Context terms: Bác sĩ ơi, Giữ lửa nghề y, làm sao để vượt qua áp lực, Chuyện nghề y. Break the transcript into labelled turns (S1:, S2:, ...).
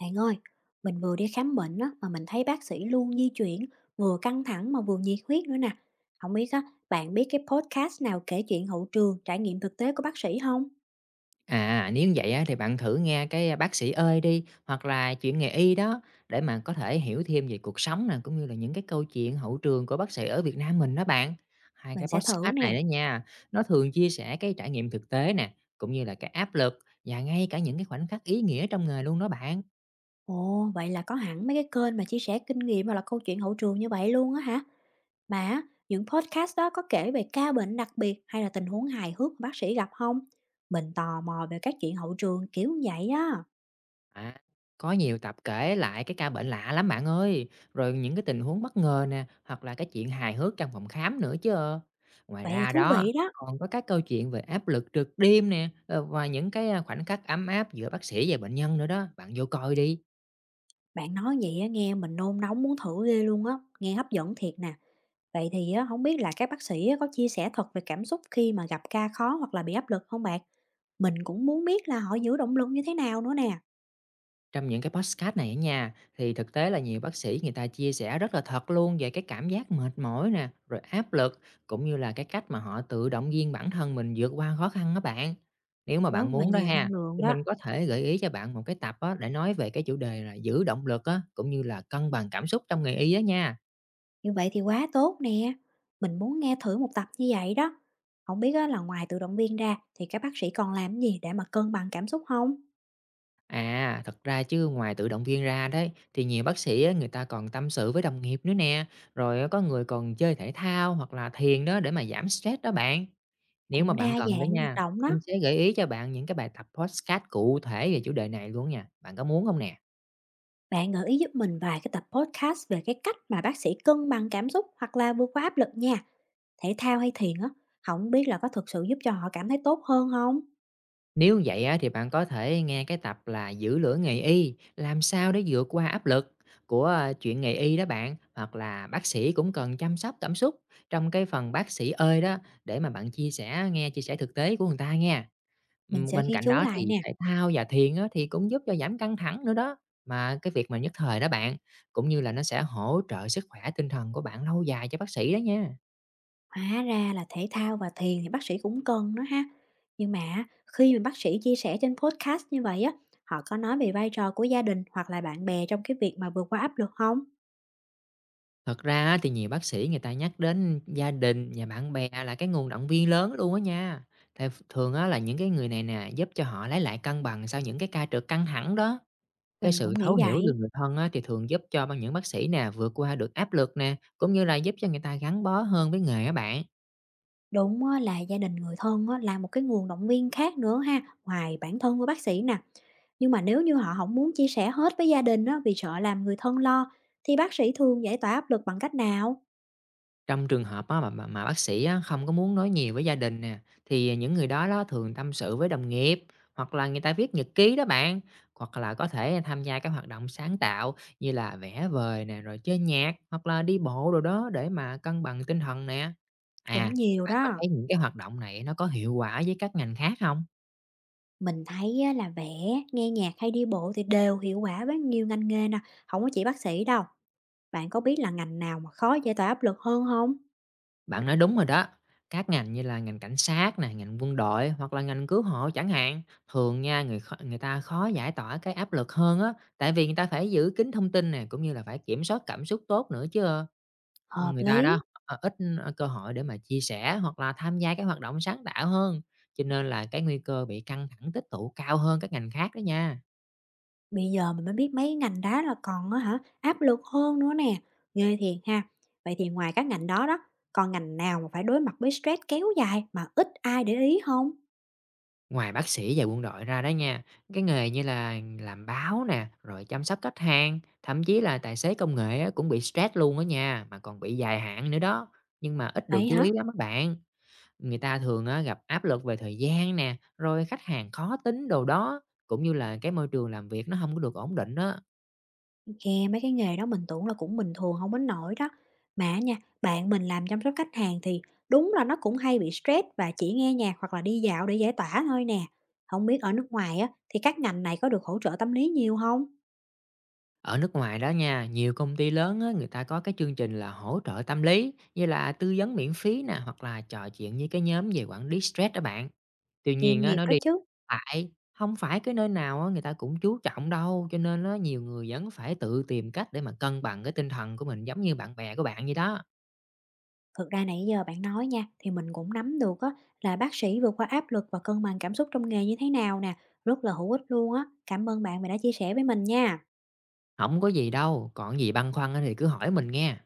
S1: Bạn ơi, mình vừa đi khám bệnh á, mà mình thấy bác sĩ luôn di chuyển, vừa căng thẳng mà vừa nhiệt huyết nữa nè. Không biết á, bạn biết cái podcast nào kể chuyện hậu trường, trải nghiệm thực tế của bác sĩ không?
S2: À, nếu như vậy á, thì bạn thử nghe cái Bác sĩ ơi đi, hoặc là Chuyện nghề y đó, để mà có thể hiểu thêm về cuộc sống nè, cũng như là những cái câu chuyện hậu trường của bác sĩ ở Việt Nam mình đó bạn. Hai
S1: Mình
S2: cái
S1: sẽ thử
S2: podcast này
S1: nè.
S2: đó nha, nó thường chia sẻ cái trải nghiệm thực tế nè, cũng như là cái áp lực và ngay cả những cái khoảnh khắc ý nghĩa trong nghề luôn đó bạn.
S1: Ồ, vậy là có hẳn mấy cái kênh mà chia sẻ kinh nghiệm hoặc là câu chuyện hậu trường như vậy luôn á hả? Mà á, những podcast đó có kể về ca bệnh đặc biệt hay là tình huống hài hước mà bác sĩ gặp không? Mình tò mò về các chuyện hậu trường kiểu như vậy á.
S2: À, có nhiều tập kể lại cái ca bệnh lạ lắm bạn ơi, rồi những cái tình huống bất ngờ nè, hoặc là cái chuyện hài hước trong phòng khám nữa chứ. Ờ. Ngoài
S1: Vậy thì
S2: ra
S1: thú
S2: đó,
S1: vị đó.
S2: còn có các câu chuyện về áp lực trực đêm nè, và những cái khoảnh khắc ấm áp giữa bác sĩ và bệnh nhân nữa đó, bạn vô coi đi.
S1: Bạn nói vậy á, nghe mình nôn nóng muốn thử ghê luôn á, nghe hấp dẫn thiệt nè. Vậy thì á, không biết là các bác sĩ á, có chia sẻ thật về cảm xúc khi mà gặp ca khó hoặc là bị áp lực không bạn? Mình cũng muốn biết là họ giữ động lực như thế nào nữa nè.
S2: Trong những cái podcast này ở nhà thì thực tế là nhiều bác sĩ người ta chia sẻ rất là thật luôn về cái cảm giác mệt mỏi nè, rồi áp lực, cũng như là cái cách mà họ tự động viên bản thân mình vượt qua khó khăn đó bạn. Nếu mà
S1: Rất
S2: bạn
S1: là
S2: muốn đó
S1: nhiều
S2: ha,
S1: năng lượng
S2: thì
S1: đó.
S2: mình có thể gợi ý cho bạn một cái tập á, để nói về cái chủ đề là giữ động lực á, cũng như là cân bằng cảm xúc trong nghề y á nha.
S1: Như vậy thì quá tốt nè. Mình muốn nghe thử một tập như vậy đó. Không biết á, là ngoài tự động viên ra thì các bác sĩ còn làm gì để mà cân bằng cảm xúc không?
S2: À, thật ra chứ ngoài tự động viên ra đấy thì nhiều bác sĩ á, người ta còn tâm sự với đồng nghiệp nữa nè, rồi có người còn chơi thể thao hoặc là thiền đó để mà giảm stress đó bạn. Nếu mà
S1: Cũng đa
S2: bạn cần đó
S1: dạng hoạt
S2: nha,
S1: động
S2: mình
S1: đó.
S2: sẽ gợi ý cho bạn những cái bài tập podcast cụ thể về chủ đề này luôn nha, bạn có muốn không nè?
S1: Bạn gợi ý giúp mình vài cái tập podcast về cái cách mà bác sĩ cân bằng cảm xúc hoặc là vượt qua áp lực nha. Thể thao hay thiền á, không biết là có thực sự giúp cho họ cảm thấy tốt hơn không?
S2: Nếu vậy á thì bạn có thể nghe cái tập là "Giữ lửa nghề y, làm sao để vượt qua áp lực" của, a, "Chuyện nghề y" đó bạn, hoặc là "Bác sĩ cũng cần chăm sóc cảm xúc" trong cái phần "Bác sĩ ơi" đó, để mà bạn chia sẻ nghe chia sẻ thực tế của người ta nha.
S1: Mình sẽ
S2: Bên
S1: ghi
S2: cạnh
S1: chú
S2: đó
S1: lại
S2: thì
S1: nè.
S2: thể thao và thiền á, thì cũng giúp cho giảm căng thẳng nữa đó. Mà cái việc mà nhất thời đó bạn, cũng như là nó sẽ hỗ trợ sức khỏe tinh thần của bạn lâu dài cho bác sĩ đó nha.
S1: Hóa ra là thể thao và thiền thì bác sĩ cũng cần nữa ha. Nhưng mà á, khi mà bác sĩ chia sẻ trên podcast như vậy á, họ có nói về vai trò của gia đình hoặc là bạn bè trong cái việc mà vượt qua áp lực không?
S2: Thật ra á, thì nhiều bác sĩ người ta nhắc đến gia đình và bạn bè là cái nguồn động viên lớn luôn á nha. Thì thường á, là những cái người này nè, giúp cho họ lấy lại cân bằng sau những cái ca trực căng thẳng đó. Cái
S1: Mình cũng
S2: sự thấu
S1: nghĩ
S2: hiểu từ
S1: vậy.
S2: người thân á, thì thường giúp cho những bác sĩ nè, vượt qua được áp lực nè, cũng như là giúp cho người ta gắn bó hơn với nghề á bạn.
S1: Đúng á, là gia đình, người thân á, là một cái nguồn động viên khác nữa ha, ngoài bản thân của bác sĩ nè. Nhưng mà nếu như họ không muốn chia sẻ hết với gia đình á, vì sợ làm người thân lo, thì bác sĩ thường giải tỏa áp lực bằng cách nào?
S2: Trong trường hợp á, mà bác sĩ á, không có muốn nói nhiều với gia đình nè, thì những người đó đó thường tâm sự với đồng nghiệp, hoặc là người ta viết nhật ký đó bạn, hoặc là có thể tham gia các hoạt động sáng tạo như là vẽ vời nè, rồi chơi nhạc hoặc là đi bộ đồ đó để mà cân bằng tinh thần nè.
S1: Cũng
S2: À,
S1: nhiều
S2: bạn có
S1: đó.
S2: thấy những cái hoạt động này nó có hiệu quả với các ngành khác không?
S1: Mình thấy á, là vẽ, nghe nhạc hay đi bộ thì đều hiệu quả với nhiều ngành nghề nè, không có chỉ bác sĩ đâu. Bạn có biết là ngành nào mà khó giải tỏa áp lực hơn không?
S2: Bạn nói đúng rồi đó. Các ngành như là ngành cảnh sát nè, ngành quân đội hoặc là ngành cứu hộ chẳng hạn, thường nha người ta khó giải tỏa cái áp lực hơn á, tại vì người ta phải giữ kín thông tin nè, cũng như là phải kiểm soát cảm xúc tốt nữa chứ,
S1: Hợp
S2: Người ta
S1: lý.
S2: đó, ít, cơ hội để mà chia sẻ hoặc là tham gia các hoạt động sáng tạo hơn, cho nên là cái nguy cơ bị căng thẳng tích tụ cao hơn các ngành khác đó nha.
S1: Bây giờ mình mới biết mấy ngành đó là còn á hả, áp lực hơn nữa nè. Ghê thiệt ha. Vậy thì ngoài các ngành đó đó, còn ngành nào mà phải đối mặt với stress kéo dài mà ít ai để ý không?
S2: Ngoài bác sĩ và quân đội ra đó nha, cái nghề như là làm báo nè, rồi chăm sóc khách hàng, thậm chí là tài xế công nghệ á, cũng bị stress luôn đó nha, mà còn bị dài hạn nữa đó. Nhưng mà ít được
S1: Vậy
S2: chú
S1: hả?
S2: ý lắm các bạn. Người ta thường á, gặp áp lực về thời gian nè, rồi khách hàng khó tính đồ đó, cũng như là cái môi trường làm việc nó không có được ổn định đó.
S1: Yeah, mấy cái nghề đó mình tưởng là cũng bình thường, không đến nổi đó. Mà nha, bạn mình làm chăm sóc khách hàng thì đúng là nó cũng hay bị stress và chỉ nghe nhạc hoặc là đi dạo để giải tỏa thôi nè. Không biết ở nước ngoài á, thì các ngành này có được hỗ trợ tâm lý nhiều không?
S2: Ở nước ngoài đó nha, nhiều công ty lớn á, người ta có cái chương trình là hỗ trợ tâm lý, như là tư vấn miễn phí nè, hoặc là trò chuyện với cái nhóm về quản lý stress đó bạn. Tuy nhiên
S1: Chuyên
S2: á,
S1: nghiệp
S2: nói
S1: đó
S2: đi
S1: chứ.
S2: phải không phải cái nơi nào á, người ta cũng chú trọng đâu, cho nên á, nhiều người vẫn phải tự tìm cách để mà cân bằng cái tinh thần của mình, giống như bạn bè của bạn vậy đó.
S1: Thực ra nãy giờ bạn nói nha, thì mình cũng nắm được á, là bác sĩ vượt qua áp lực và cân bằng cảm xúc trong nghề như thế nào nè, rất là hữu ích luôn á. Cảm ơn bạn vì đã chia sẻ với mình nha.
S2: Không có gì đâu, còn gì băn khoăn á thì cứ hỏi mình nghe.